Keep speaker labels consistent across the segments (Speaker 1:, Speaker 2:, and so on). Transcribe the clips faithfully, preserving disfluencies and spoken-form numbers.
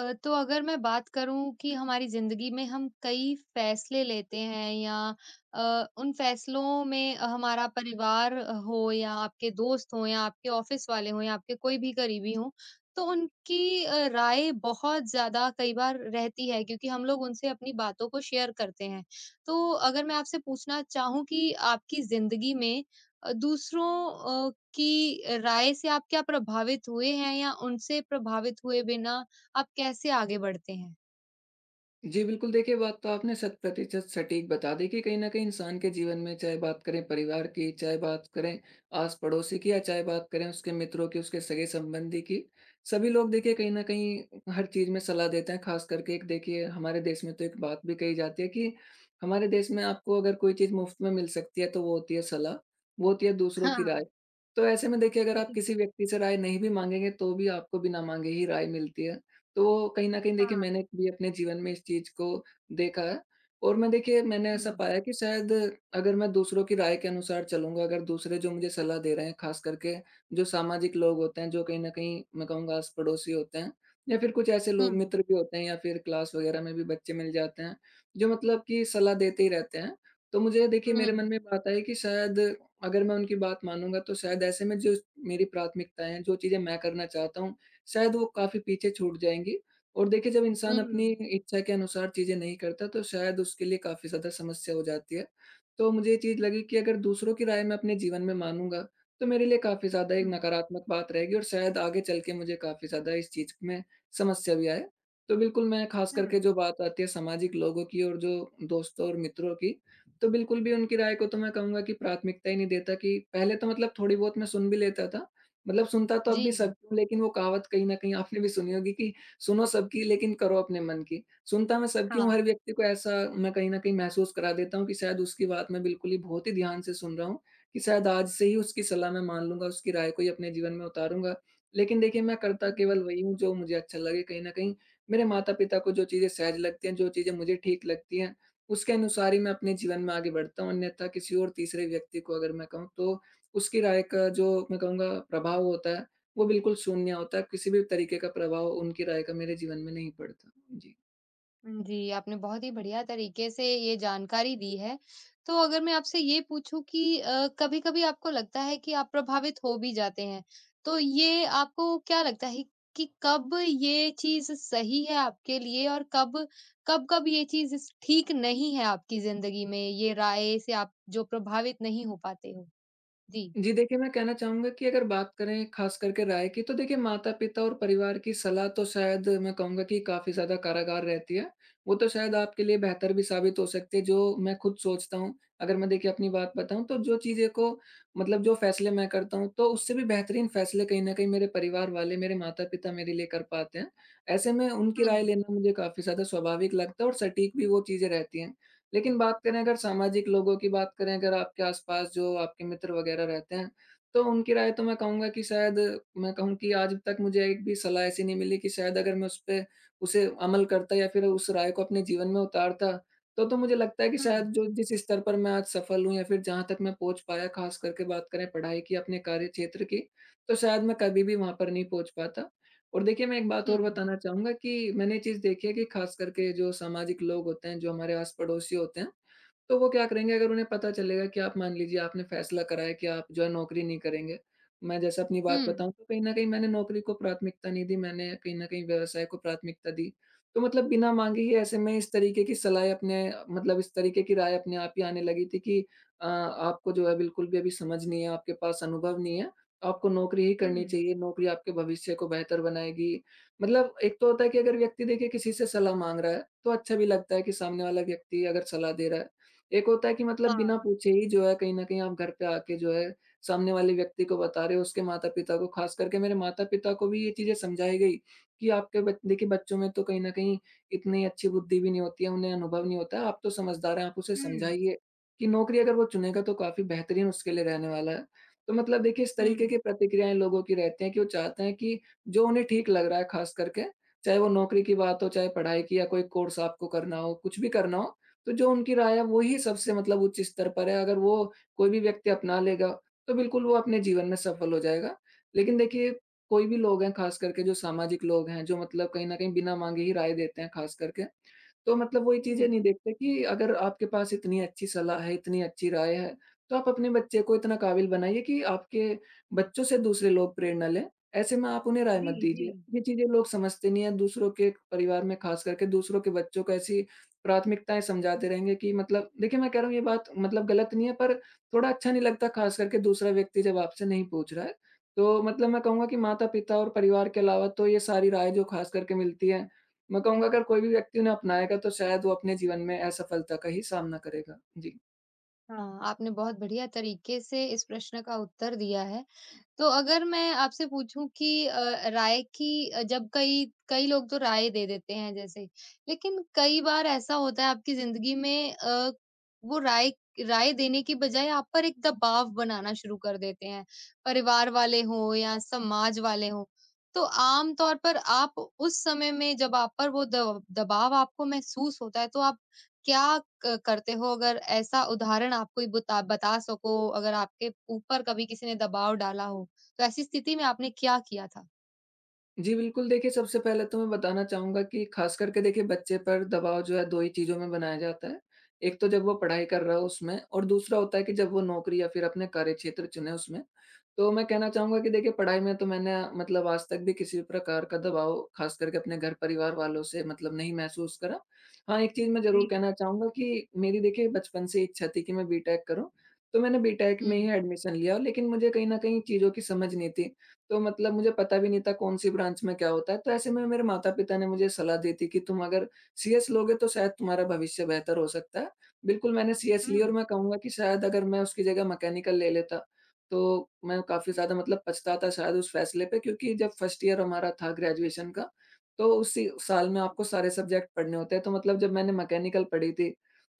Speaker 1: अ, तो अगर मैं बात करूं कि हमारी जिंदगी में हम कई फैसले लेते हैं या अ, उन फैसलों में हमारा परिवार हो या आपके दोस्त हो या आपके ऑफिस वाले हो या आपके कोई भी करीबी हो तो उनकी अ, राय बहुत ज्यादा कई बार रहती है क्योंकि हम लोग उनसे अपनी बातों को शेयर करते हैं। तो अगर मैं आपसे पूछना चाहूं कि आपकी जिंदगी में अ, दूसरों अ, की राय से आप क्या प्रभावित हुए हैं या उनसे प्रभावित हुए बिना आप कैसे आगे बढ़ते हैं?
Speaker 2: जी बिल्कुल, देखिए बात तो आपने शत प्रतिशत सटीक बता दी कि कहीं न कहीं इंसान के जीवन में चाहे बात करें परिवार की, चाहे बात करें आस-पड़ोसी की या चाहे बात करें उसके मित्रों की, उसके सगे-संबंधी की, सभी लोग देखिए कहीं न कहीं हर चीज़ में सलाह देते हैं। ख़ास करके एक देखिए हमारे देश में तो एक बात भी कही जाती है कि हमारे देश में आपको अगर कोई चीज़ मुफ़्त में मिल सकती है तो वो होती है सलाह, वो होती है दूसरों की
Speaker 1: हाँ,
Speaker 2: राय। तो ऐसे में देखिए अगर आप
Speaker 1: जी,
Speaker 2: किसी व्यक्ति से राय नहीं भी माँगेंगे तो भी आपको बिना माँगे ही राय मिलती है। तो कहीं न कहीं देखिए
Speaker 1: हाँ,
Speaker 2: मैंने भी अपने जीवन में इस चीज़ को देखा है। और मैं देखिए मैंने
Speaker 1: हुँ,
Speaker 2: ऐसा पाया कि शायद अगर मैं दूसरों की राय के अनुसार चलूँगा, अगर दूसरे जो मुझे सलाह दे रहे हैं, ख़ास करके जो सामाजिक लोग होते हैं, जो कहीं न कहीं मैं कहूँगा आस-पड़ोसी होते हैं या फिर कुछ ऐसे
Speaker 1: हुँ,
Speaker 2: लोग मित्र भी होते हैं या फिर क्लास वग़ैरह में भी बच्चे मिल जाते हैं, जो मतलब कि सलाह देते ही रहते हैं। तो मुझे
Speaker 1: हुँ,
Speaker 2: देखिए मेरे मन
Speaker 1: हुँ,
Speaker 2: में बात आई कि शायद अगर मैं उनकी बात मानूँगा तो शायद ऐसे में जो मेरी प्राथमिकताएँ हैं, जो चीज़ें मैं करना चाहता हूँ, शायद वो काफ़ी पीछे छूट जाएँगी। और देखिए जब
Speaker 1: हुँ,
Speaker 2: इंसान अपनी इच्छा के अनुसार चीज़ें नहीं करता तो शायद उसके लिए काफ़ी ज़्यादा समस्या हो जाती है। तो मुझे ये चीज़ लगी कि अगर दूसरों की राय मैं अपने जीवन में मानूँगा, तो मेरे लिए काफ़ी ज़्यादा एक
Speaker 1: हुँ,
Speaker 2: नकारात्मक बात रहेगी और शायद आगे चल के मुझे काफ़ी ज़्यादा इस चीज़ में समस्या भी आए। तो बिल्कुल मैं ख़ास
Speaker 1: हुँ,
Speaker 2: करके जो बात आती है सामाजिक लोगों की और जो दोस्तों और मित्रों की, तो बिल्कुल भी उनकी राय को तो मैं कहूँगा कि प्राथमिकता ही नहीं देता कि पहले तो मतलब थोड़ी बहुत मैं सुन भी लेता था। मतलब सुनता तो अब भी
Speaker 1: जी,
Speaker 2: सबकी हूँ, लेकिन वो कहावत कहीं न कहीं आपने भी सुनी होगी कि सुनो सबकी लेकिन करो अपने मन की। सुनता मैं सबकी हूँ,
Speaker 1: हाँ,
Speaker 2: हर व्यक्ति को ऐसा मैं कहीं न कहीं महसूस करा देता हूँ कि शायद उसकी बात मैं बिल्कुल ही बहुत ही ध्यान से सुन रहा हूँ, कि शायद आज से ही उसकी सलाह मैं मान लूँगा, उसकी राय को ही अपने जीवन में उतारूँगा। लेकिन देखिए मैं करता
Speaker 1: हुँ।
Speaker 2: केवल वही हूँ जो मुझे अच्छा लगे कहीं न कहीं। मेरे माता-पिता को जो चीज़ें सहज लगती हैं, जो चीज़ें मुझे ठीक लगती हैं, उसके अनुसार ही मैं अपने जीवन में आगे बढ़ता हूँ, अन्यथा किसी और तीसरे व्यक्ति को अगर मैं कहूँ तो उसकी राय का जो मैं कहूँगा प्रभाव होता है, वो बिल्कुल शून्य होता है, किसी भी तरीके का प्रभाव उनकी राय का मेरे जीवन में नहीं पड़ता। जी।
Speaker 1: जी, आपने बहुत ही बढ़िया तरीके से ये जानकारी दी है। तो अगर मैं आपसे ये पूछूँ कि अ, कभी-कभी आपको लगता है कि आप प्रभावित हो भी जाते हैं, तो ये आपको क्या लगता है कि कब ये चीज़ सही है आपके लिए और कब कब-कब ये चीज़ स ठीक नहीं है आपकी ज़िंदगी में, ये राय से आप जो प्रभावित नहीं हो पाते हो? जी।
Speaker 2: जी देखिए, मैं कहना चाहूँगा कि अगर बात करें ख़ास करके राय की, तो देखिए माता-पिता और परिवार की सलाह तो शायद मैं कहूँगा कि काफ़ी ज़्यादा कारागार रहती है। वो तो शायद आपके लिए बेहतर भी साबित हो सकती है, जो मैं खुद सोचता हूँ। अगर मैं देखिए अपनी बात बताऊँ तो जो चीज़ें को मतलब जो फ़ैसले मैं करता हूँ, तो उससे भी बेहतरीन फ़ैसले कहीं न कहीं मेरे परिवार वाले, मेरे माता-पिता मेरे लिए कर पाते हैं। ऐसे में उनकी
Speaker 1: हुँ,
Speaker 2: राय लेना मुझे काफ़ी ज़्यादा स्वाभाविक लगता है और सटीक भी वो चीज़ें रहती हैं। लेकिन बात करें अगर सामाजिक लोगों की बात करें, अगर आपके आस-पास जो आपके मित्र वगैरह रहते हैं, तो उनकी राय तो मैं कहूँगा कि शायद मैं कहूँ कि आज तक मुझे एक भी सलाह ऐसी नहीं मिली कि शायद अगर मैं उसपे उसे अमल करता या फिर उस राय को अपने जीवन में उतारता, तो तो मुझे लगता है कि
Speaker 1: हुँ,
Speaker 2: शायद जो जिस स्तर पर मैं आज सफल हूँ या फिर जहाँ तक मैं पहुँच पाया, ख़ास करके बात करें पढ़ाई की, अपने कार्यक्षेत्र की, तो शायद मैं कभी भी वहाँ पर नहीं पहुँच पाता। और देखिए, मैं एक बात और
Speaker 1: हुँ,
Speaker 2: बताना चाहूँगा कि मैंने ये चीज़ देखी है कि ख़ास करके जो सामाजिक लोग होते हैं, जो हमारे आस-पड़ोसी होते हैं, तो वो क्या करेंगे अगर उन्हें पता चलेगा कि आप मान लीजिए आपने फैसला करा है कि आप जो है नौकरी नहीं करेंगे। मैं जैसे अपनी बात
Speaker 1: हुँ,
Speaker 2: बताऊँ तो कहीं न कहीं मैंने नौकरी को प्राथमिकता नहीं दी, मैंने कहीं न कहीं व्यवसाय को प्राथमिकता दी। तो मतलब बिना माँगे ही ऐसे में इस तरीके की सलाहें अपने मतलब इस तरीके की राय अपने आप ही आने लगी थी कि अ, आपको जो है बिल्कुल भी अभी समझ नहीं है, आपके पास अनुभव नहीं है, आपको नौकरी ही
Speaker 1: हुँ,
Speaker 2: करनी चाहिए, नौकरी आपके भविष्य को बेहतर बनाएगी। मतलब एक तो होता है कि अगर व्यक्ति देखिए किसी से सलाह माँग रहा है, तो अच्छा भी लगता है कि सामने वाला व्यक्ति अगर सलाह दे रहा है। एक होता है कि मतलब बिना
Speaker 1: हाँ,
Speaker 2: पूछे ही जो है कहीं न कहीं आप घर पे आके जो है सामने वाले व्यक्ति को बता रहे हो, उसके माता-पिता को, ख़ास करके मेरे माता-पिता को भी ये चीज़ें समझाई गई कि आपके बच देखिए बच्चों में तो कहीं न कहीं इतनी अच्छी बुद्धि भी नहीं होती है, उन्हें अनुभव नहीं होता है, आप तो समझदार हैं, आप उसे
Speaker 1: हुँ,
Speaker 2: समझाइए कि नौकरी अगर वो चुनेगा तो काफ़ी बेहतरीन उसके लिए रहने वाला है। तो मतलब देखिए इस
Speaker 1: हुँ।
Speaker 2: तरीके की प्रतिक्रियाएँ लोगों की रहती हैं कि वो चाहते हैं कि जो उन्हें ठीक लग रहा है ख़ास करके, चाहे वो नौकरी की बात हो, चाहे पढ़ाई की या कोई कोर्स आपको करना हो, कुछ भी करना हो, तो जो उनकी राय है वही सबसे मतलब उच्च स्तर पर है, अगर वो कोई भी व्यक्ति अपना लेगा, तो बिल्कुल वो अपने जीवन में सफल हो जाएगा। लेकिन देखिए, कोई भी लोग हैं, खास करके जो सामाजिक लोग हैं, जो मतलब कहीं न कहीं बिना माँगे ही राय देते हैं खास करके, तो मतलब वो ये चीज़ें नहीं देखते कि अगर आपके पास इतनी अच्छी सलाह है, इतनी अच्छी राय है, तो आप अपने बच्चे को इतना काबिल बनाइए कि आपके बच्चों से दूसरे लोग प्रेरणा लें। ऐसे में आप उन्हें राय
Speaker 1: जी,
Speaker 2: मत
Speaker 1: जी।
Speaker 2: दीजिए। ये चीज़ें लोग समझते नहीं हैं, दूसरों के परिवार में खास करके दूसरों के बच्चों को ऐसी प्राथमिकताएँ समझाते रहेंगे कि मतलब देखिए, मैं कह रहा हूँ ये बात मतलब गलत नहीं है पर थोड़ा अच्छा नहीं लगता खास करके दूसरा व्यक्ति जब आपसे नहीं पूछ रहा है। तो मतलब मैं कहूँगा कि माता-पिता और परिवार के अलावा तो ये सारी राय जो खास करके मिलती है मैं कहूँगा अगर कोई भी व्यक्ति उन्हें अपनाएगा तो शायद वो अपने जीवन में असफलता का ही सामना करेगा। जी।
Speaker 1: हाँ, आपने बहुत बढ़िया तरीके से इस प्रश्न का उत्तर दिया है। तो अगर मैं आपसे पूछूं कि अ, राय की अ, जब कई कई लोग तो राय दे देते हैं जैसे, लेकिन कई बार ऐसा होता है आपकी जिंदगी में, अ, वो राय राय देने की बजाय आप पर एक दबाव बनाना शुरू कर देते हैं, परिवार वाले हो या समाज वाले हो। तो आम तौर पर आप उस समय में जब आप पर वो दब- दबाव आपको महसूस होता है तो आप क्या क- करते हो? अगर ऐसा उदाहरण आप कोई बता बता सको, अगर आपके ऊपर कभी किसी ने दबाव डाला हो तो ऐसी स्थिति में आपने क्या किया था?
Speaker 2: जी, बिल्कुल। देखिए, सबसे पहले तो मैं बताना चाहूँगा कि ख़ास करके देखिए बच्चे पर दबाव जो है दो ही चीज़ों में बनाया जाता है। एक तो जब वो पढ़ाई कर रहा हो उसमें और दूसरा होता है कि जब वो नौकरी या फिर अपने कार्यक्षेत्र चुने उसमें। तो मैं कहना चाहूँगा कि देखिए पढ़ाई में तो मैंने मतलब आज तक भी किसी भी प्रकार का दबाव ख़ास करके अपने घर परिवार वालों से मतलब नहीं महसूस करा। हाँ, एक चीज़ मैं ज़रूर
Speaker 1: जी।
Speaker 2: कहना चाहूँगा कि मेरी देखिए बचपन से इच्छा थी कि मैं बी टेक करूँ, तो मैंने बी टेक
Speaker 1: हुँ।
Speaker 2: में ही एडमिशन लिया लेकिन मुझे कहीं न कहीं चीज़ों की समझ नहीं थी। तो मतलब मुझे पता भी नहीं था कौन-सी ब्रांच में क्या होता है, तो ऐसे में मेरे माता-पिता ने मुझे सलाह दी थी कि तुम अगर सी एस लोगे तो शायद तुम्हारा भविष्य बेहतर हो सकता है। बिल्कुल मैंने सी एस
Speaker 1: हुँ,
Speaker 2: ली और
Speaker 1: हुँ,
Speaker 2: मैं कहूँगा कि शायद अगर मैं उसकी जगह मैकेनिकल ले लेता, तो मैं काफ़ी ज़्यादा मतलब पछताता शायद उस फैसले पे। क्योंकि जब फर्स्ट ईयर हमारा था ग्रेजुएशन का, तो उसी साल में आपको सारे सब्जेक्ट पढ़ने होते हैं, तो मतलब जब मैंने मैकेनिकल पढ़ी थी,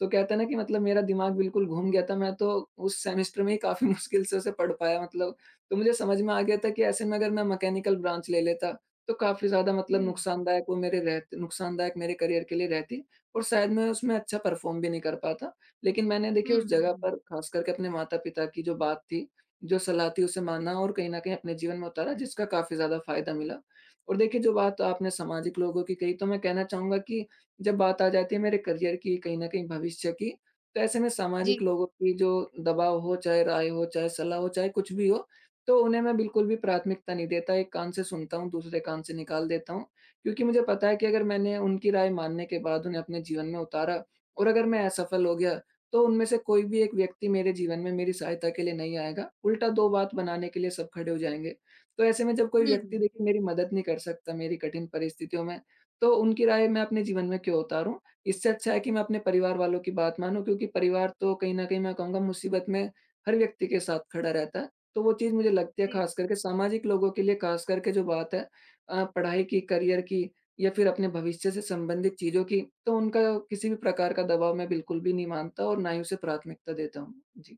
Speaker 2: तो कहते हैं ना कि मतलब मेरा दिमाग बिल्कुल घूम गया था, मैं तो उस सेमेस्टर में ही काफ़ी मुश्किल से उसे पढ़ पाया मतलब। तो मुझे समझ में आ गया था कि ऐसे में अगर मैं मैकेनिकल ब्रांच ले लेता, तो काफ़ी ज़्यादा मतलब
Speaker 1: हुँ।
Speaker 2: नुकसानदायक वो मेरे रहत नुकसानदायक मेरे करियर के लिए रहती और शायद मैं उसमें अच्छा परफ़ॉर्म भी नहीं कर पाता। लेकिन मैंने
Speaker 1: हुँ,
Speaker 2: देखिए उस जगह
Speaker 1: हुँ।
Speaker 2: पर ख़ास करके अपने माता-पिता की जो बात थी, जो सलाह थी उसे माना और कहीं न कहीं अपने जीवन में उतारा जिसका काफ़ी ज़्यादा फ़ायदा मिला। और देखिए जो बात आपने सामाजिक लोगों की कही तो मैं कहना चाहूँगा कि जब बात आ जाती है मेरे करियर की, कहीं न कहीं भविष्य की, तो ऐसे में सामाजिक
Speaker 1: जी,
Speaker 2: लोगों की जो दबाव हो, चाहे राय हो, चाहे सलाह हो, चाहे कुछ भी हो, तो उन्हें मैं बिल्कुल भी प्राथमिकता नहीं देता, एक कान से सुनता हूँ, दूसरे कान से निकाल देता हूँ। क्योंकि मुझे पता है कि अगर मैंने उनकी राय मानने के बाद उन्हें अपने जीवन में उतारा और अगर मैं असफल हो गया, तो उनमें से कोई भी एक व्यक्ति मेरे जीवन में मेरी सहायता के लिए नहीं आएगा। उल्टा दो बात बनाने के लिए सब खड़े हो जाएँगे। तो ऐसे में जब
Speaker 1: हुँ।
Speaker 2: कोई व्यक्ति
Speaker 1: हुँ,
Speaker 2: देखिए मेरी मदद नहीं कर सकता मेरी कठिन परिस्थितियों में, तो उनकी राय मैं अपने जीवन में क्यों उतारूँ? इससे अच्छा है कि मैं अपने परिवार वालों की बात मानूँ, क्योंकि परिवार तो कहीं न कहीं मैं कहूँगा मुसीबत में हर व्यक्ति के साथ खड़ा रहता है। तो वो चीज़ मुझे लगती है
Speaker 1: जी।
Speaker 2: ख़ास करके सामाजिक लोगों के लिए, ख़ास करके जो बात है अ, पढ़ाई की, करियर की, या फिर अपने भविष्य से संबंधित चीज़ों की, तो उनका किसी भी प्रकार का दबाव मैं बिल्कुल भी नहीं मानता और ना ही उसे प्राथमिकता देता हूँ। जी।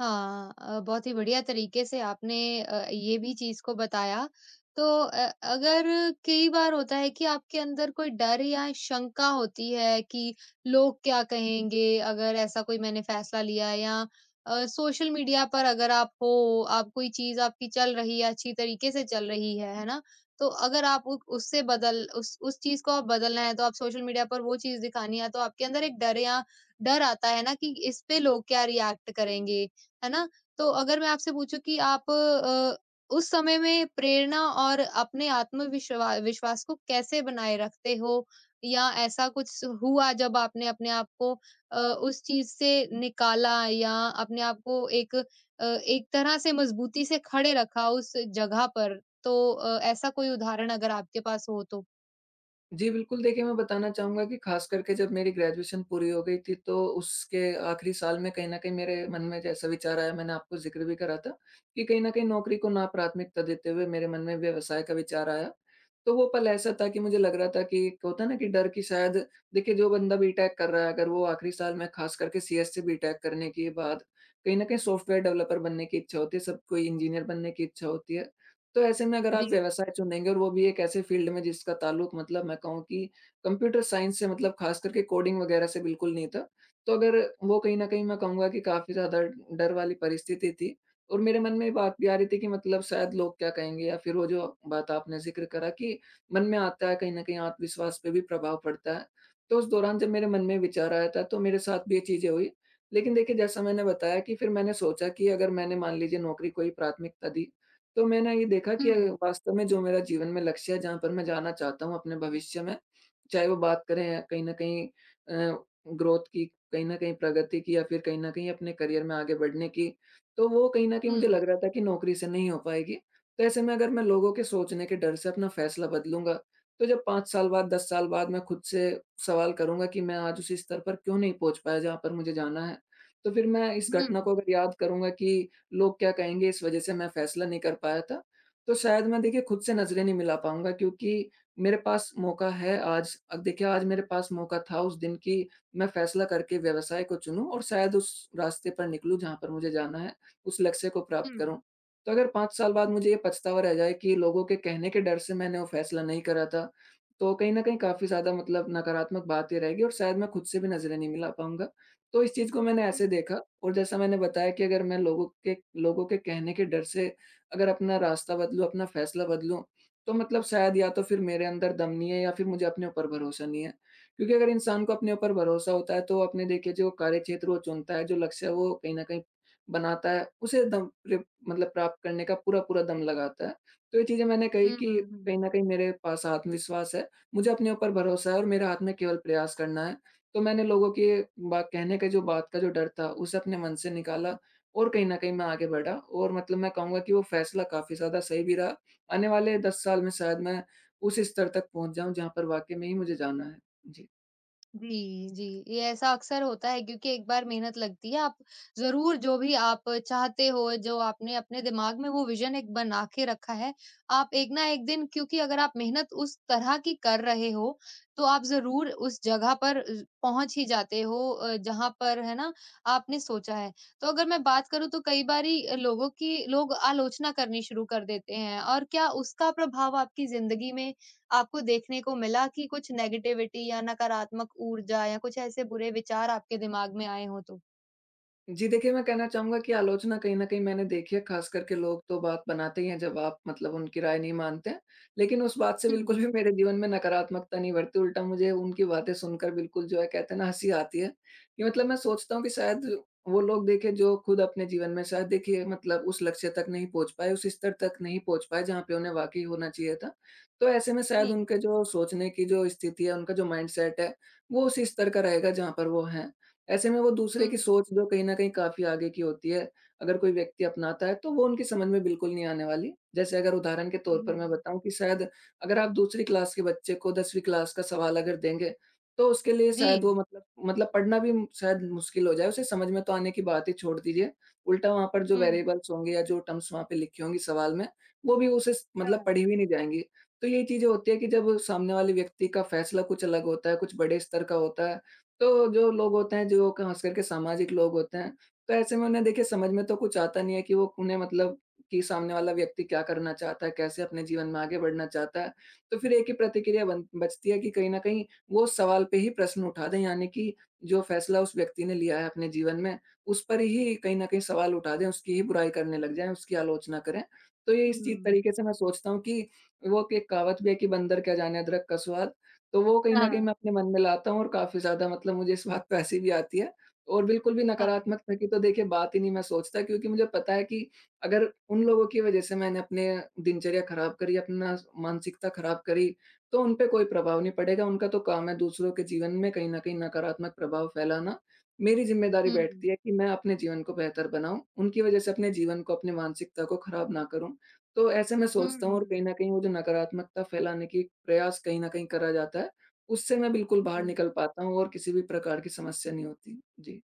Speaker 1: हाँ, अ, बहुत ही बढ़िया तरीके से आपने अ, ये भी चीज़ को बताया। तो अ, अगर कई बार होता है कि आपके अंदर कोई डर या शंका होती है कि लोग क्या कहेंगे अगर ऐसा कोई मैंने फ़ैसला लिया या अ, सोशल मीडिया पर अगर आप हो, आप कोई चीज़ आपकी चल रही है, अच्छी तरीके से चल रही है, है ना? तो अगर आप उ उससे बदल उस उस चीज़ को आप बदलना है, तो आप सोशल मीडिया पर वो चीज़ दिखानी है, तो आपके अंदर एक डर या डर आता है ना कि इस पे लोग क्या रिएक्ट करेंगे? है ना? तो अगर मैं आपसे पूछूँ कि आप अ, उस समय में प्रेरणा और अपने आत्मविश्वा विश्वास को कैसे बनाए रखते हो? या ऐसा कुछ हुआ जब आपने अपने आप को अ, उस चीज़ से निकाला या अपने आप को एक अ, एक तरह से मजबूती से खड़े रखा उस जगह पर? तो अ, ऐसा कोई उदाहरण अगर आपके पास हो तो?
Speaker 2: जी, बिल्कुल देखिए, मैं बताना चाहूँगा कि ख़ास करके जब मेरी ग्रेजुएशन पूरी हो गई थी, तो उसके आखिरी साल में कहीं न कहीं मेरे मन में जैसा विचार आया, मैंने आपको ज़िक्र भी करा था कि कहीं न कहीं नौकरी को ना प्राथमिकता देते हुए मेरे मन में व्यवसाय का विचार आया। तो वो पल ऐसा था कि मुझे लग रहा था कि एक होता है ना कि डर, कि शायद देखिए, जो बंदा बीटेक कर रहा है, अगर वो आखिरी साल में ख़ास करके सीएस से बीटेक करने के बाद, कहीं न कहीं सॉफ्टवेयर डेवलपर बनने की इच्छा होती है, सबको इंजीनियर बनने की इच्छा होती है। तो ऐसे में अगर
Speaker 1: जी।
Speaker 2: आप
Speaker 1: जी।
Speaker 2: व्यवसाय चुनेंगे, और वो भी एक ऐसे फ़ील्ड में जिसका ताल्लुक, मतलब मैं कहूँ कि, कंप्यूटर साइंस से, मतलब ख़ास करके कोडिंग वग़ैरह से बिल्कुल नहीं था। तो अगर वो, कहीं न कहीं मैं कहूँगा कि काफ़ी ज़्यादा डर वाली परिस्थिति थी, और मेरे मन में ये बात भी आ रही थी कि मतलब शायद लोग क्या कहेंगे, या फिर वो जो बात आपने ज़िक्र करा, कि मन में आता है, कहीं न कहीं आत्मविश्वास पे भी प्रभाव पड़ता है। तो उस दौरान जब मेरे मन में विचार आया था, तो मेरे साथ भी ये चीज़ें हुई। लेकिन देखिए, जैसा मैंने बताया कि फिर मैंने सोचा कि अगर मैंने, मान लीजिए, नौकरी को ही प्राथमिकता दी, तो मैंने ये देखा
Speaker 1: हुँ।
Speaker 2: कि वास्तव में जो मेरा जीवन में लक्ष्य है, जहाँ पर मैं जाना चाहता हूँ अपने भविष्य में, चाहे वो बात करें कहीं न कहीं अ, ग्रोथ की, कहीं न कहीं प्रगति की, या फिर कहीं न कहीं अपने करियर में आगे बढ़ने की, तो वो कहीं न कहीं
Speaker 1: हुँ।
Speaker 2: मुझे लग रहा था कि नौकरी से नहीं हो पाएगी। तो ऐसे में अगर मैं लोगों के सोचने के डर से अपना फैसला बदलूँगा, तो जब पाँच साल बाद, दस साल बाद मैं खुद से सवाल करूँगा कि मैं आज उसी स्तर पर क्यों नहीं पहुँच पाया जहाँ पर मुझे जाना है? तो फिर मैं इस
Speaker 1: हुँ,
Speaker 2: घटना
Speaker 1: हुँ,
Speaker 2: को अगर याद करूँगा कि लोग क्या कहेंगे, इस वजह से मैं फैसला नहीं कर पाया था। तो शायद मैं देखिए खुद से नज़रें नहीं मिला पाऊँगा, क्योंकि मेरे पास मौका है आज। अब देखिए, आज मेरे पास मौका था उस दिन कि मैं फैसला करके व्यवसाय को चुनूँ और शायद उस रास्ते पर निकलूँ जहाँ पर मुझे जाना है, उस लक्ष्य को
Speaker 1: हुँ,
Speaker 2: प्राप्त
Speaker 1: हुँ।
Speaker 2: करूँ। तो अगर पाँच साल बाद मुझे ये पछतावा रह जाए कि लोगों के कहने के डर से मैंने वो फैसला नहीं करा था, तो कहीं न कहीं काफ़ी ज़्यादा मतलब नकारात्मक बातें रहेगी और शायद मैं खुद से भी नज़रें नहीं मिला पाऊँगा। तो इस चीज़ को मैंने ऐसे देखा। और जैसा मैंने बताया कि अगर मैं लोगों के लोगों के कहने के डर से, अगर अपना रास्ता बदलूँ, अपना फैसला बदलूँ, तो मतलब शायद या तो फिर मेरे अंदर दम नहीं है, या फिर मुझे अपने ऊपर भरोसा नहीं है। क्योंकि अगर इंसान को अपने ऊपर भरोसा होता है, तो वो अपने देखिए जो कार्यक्षेत्र वो चुनता है, जो लक्ष्य है वो कहीं न कहीं बनाता है, उसे दम प्र मतलब प्राप्त करने का पूरा-पूरा दम लगाता है। तो ये चीज़ें मैंने कही
Speaker 1: हुँ,
Speaker 2: कि
Speaker 1: हुँ, हुँ।
Speaker 2: कहीं न कहीं मेरे पास आत्मविश्वास है, मुझे अपने ऊपर भरोसा है और मेरे हाथ में केवल प्रयास करना है। तो मैंने लोगों के बा कहने का जो बात का जो डर था, उसे अपने मन से निकाला, और कहीं न कहीं मैं आगे बढ़ा और मतलब मैं कहूँगा कि वो फ़ैसला काफ़ी ज़्यादा सही भी रहा। आने वाले दस साल में शायद मैं उस स्तर तक पहुँच जाऊँ, जहाँ पर वाक़ई में ही मुझे जाना है। जी।
Speaker 1: जी, जी। ये ऐसा अक्सर होता है क्योंकि एक बार मेहनत लगती है, आप ज़रूर जो भी आप चाहते हो, जो आपने अपने दिमाग में वो विज़न एक बना के रखा है, आप एक ना एक दिन, क्योंकि अगर आप मेहनत उस तरह की कर रहे हो, तो आप ज़रूर उस जगह पर अ, पहुँच ही जाते हो अ, जहाँ पर, है ना, आपने सोचा है। तो अगर मैं बात करूँ तो कई बारी अ, लोगों की लोग आलोचना करनी शुरू कर देते हैं और क्या उसका प्रभाव आपकी ज़िंदगी में आपको देखने को मिला कि कुछ नेगेटिविटी या नकारात्मक ऊर्जा या कुछ ऐसे बुरे विचार आपके दिमाग में आए हों तो?
Speaker 2: जी, देखिए मैं कहना चाहूँगा कि आलोचना कहीं न कहीं मैंने देखी है, ख़ास करके लोग तो बात बनाते ही हैं जब आप मतलब उनकी राय नहीं मानते हैं। लेकिन उस बात से
Speaker 1: हुँ,
Speaker 2: बिल्कुल भी मेरे जीवन में नकारात्मकता नहीं बढ़ती, उल्टा मुझे उनकी बातें सुनकर बिल्कुल, जो है कहते हैं ना, हँसी आती है, कि मतलब मैं सोचता हूँ कि शायद वो लोग, देखिए, जो खुद अपने जीवन में शायद देखिए मतलब उस लक्ष्य तक नहीं पहुँच पाए, उस स्तर तक नहीं पहुँच पाए जहाँ पे उन्हें वाक़ई होना चाहिए था। तो ऐसे में शायद
Speaker 1: जी।
Speaker 2: उनके जो सोचने की जो स्थिति है, उनका जो माइंडसेट है, वो उसी स्तर का रहेगा जहाँ पर वो हैं। ऐसे में वो दूसरे
Speaker 1: हुँ,
Speaker 2: की
Speaker 1: हुँ,
Speaker 2: सोच जो कहीं न कहीं काफ़ी आगे की होती है, अगर कोई व्यक्ति अपनाता है, तो वो उनकी समझ में बिल्कुल नहीं आने वाली। जैसे, अगर उदाहरण के
Speaker 1: हुँ,
Speaker 2: तौर पर मैं
Speaker 1: हुँ।
Speaker 2: बताऊँ कि शायद अगर आप दूसरी क्लास के बच्चे को 10वीं क्लास का सवाल अगर देंगे, तो उसके लिए शायद
Speaker 1: जी,
Speaker 2: वो मतलब मतलब पढ़ना भी शायद मुश्किल हो जाए, उसे समझ में तो आने की बात ही छोड़ दीजिए। उल्टा वहाँ पर जो
Speaker 1: हुँ,
Speaker 2: वेरिएबल्स होंगे या जो टर्म्स वहाँ पे लिखी होंगी सवाल में, वो भी उसे स
Speaker 1: हाँ,
Speaker 2: मतलब पढ़ी भी नहीं जाएँगी। तो यही चीज़ें होती है कि जब सामने वाले व्यक्ति का फैसला कुछ अलग होता है, कुछ बड़े स्तर का होता है, तो जो लोग होते हैं, जो खास करके सामाजिक लोग होते हैं, तो ऐसे में उन्हें देखिए समझ में तो कुछ आता नहीं है कि वो उन्हें मतलब कि सामने वाला व्यक्ति क्या करना चाहता है, कैसे अपने जीवन में आगे बढ़ना चाहता है। तो फिर एक ही प्रतिक्रिया बन बचती है कि कहीं न कहीं वो उस सवाल पे ही प्रश्न उठा दें, यानी कि जो फ़ैसला उस व्यक्ति ने लिया है अपने जीवन में, उस पर ही कहीं न कहीं सवाल उठा दें, उसकी ही बुराई करने लग जाएँ, उसकी आलोचना करें। तो ये इस चीज़
Speaker 1: हुँ,
Speaker 2: तरीके से मैं सोचता हूँ कि वो एक कहावत भी है कि बंदर क्या जाने अदरक का स्वाद। तो वो कहीं न कहीं
Speaker 1: हाँ,
Speaker 2: मैं अपने मन में लाता हूँ और काफ़ी ज़्यादा मतलब मुझे इस बात पे हँसी भी आती है, और बिल्कुल भी
Speaker 1: हाँ,
Speaker 2: नकारात्मकता की तो देखिए बात ही नहीं मैं सोचता, क्योंकि मुझे पता है कि अगर उन लोगों की वज़ह से मैंने अपने दिनचर्या खराब करी, अपना मानसिकता खराब करी, तो उन पे कोई प्रभाव नहीं पड़ेगा। उनका तो काम है दूसरों के जीवन में कहीं न कहीं नकारात्मक प्रभाव फैलाना। मेरी ज़िम्मेदारी
Speaker 1: हुँ,
Speaker 2: बैठती है कि मैं अपने जीवन को बेहतर बनाऊँ, उनकी वज़ह से अपने जीवन को, अपनी मानसिकता को खराब ना करूँ। तो ऐसे मैं
Speaker 1: हुँ,
Speaker 2: सोचता हूँ, और कहीं
Speaker 1: हुँ,
Speaker 2: न कहीं वो जो नकारात्मकता फैलाने की प्रयास कहीं न कहीं करा जाता है, उससे मैं बिल्कुल बाहर
Speaker 1: हुँ।
Speaker 2: निकल पाता हूँ और किसी भी प्रकार की समस्या नहीं होती। जी।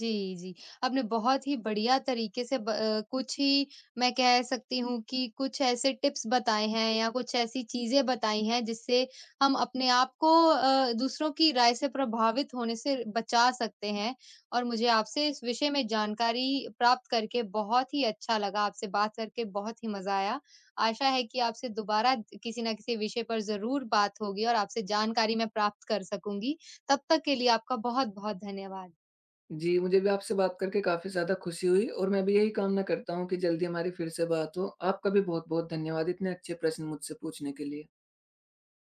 Speaker 1: जी, जी। आपने बहुत ही बढ़िया तरीके से ब अ, कुछ ही, मैं कह सकती हूँ कि कुछ ऐसे टिप्स बताए हैं या कुछ ऐसी चीज़ें बताई हैं जिससे हम अपने आप को अ, दूसरों की राय से प्रभावित होने से बचा सकते हैं। और मुझे आपसे इस विषय में जानकारी प्राप्त करके बहुत ही अच्छा लगा, आपसे बात करके बहुत ही मज़ा आया। आशा है कि आपसे दोबारा किसी न किसी विषय पर ज़रूर बात होगी और आपसे जानकारी मैं प्राप्त कर सकूँगी। तब तक के लिए आपका बहुत-बहुत धन्यवाद।
Speaker 2: जी, मुझे भी आपसे बात करके काफ़ी ज़्यादा खुशी हुई और मैं भी यही कामना करता हूँ कि जल्दी हमारी फिर से बात हो। आपका भी बहुत-बहुत धन्यवाद इतने अच्छे प्रश्न मुझसे पूछने के लिए।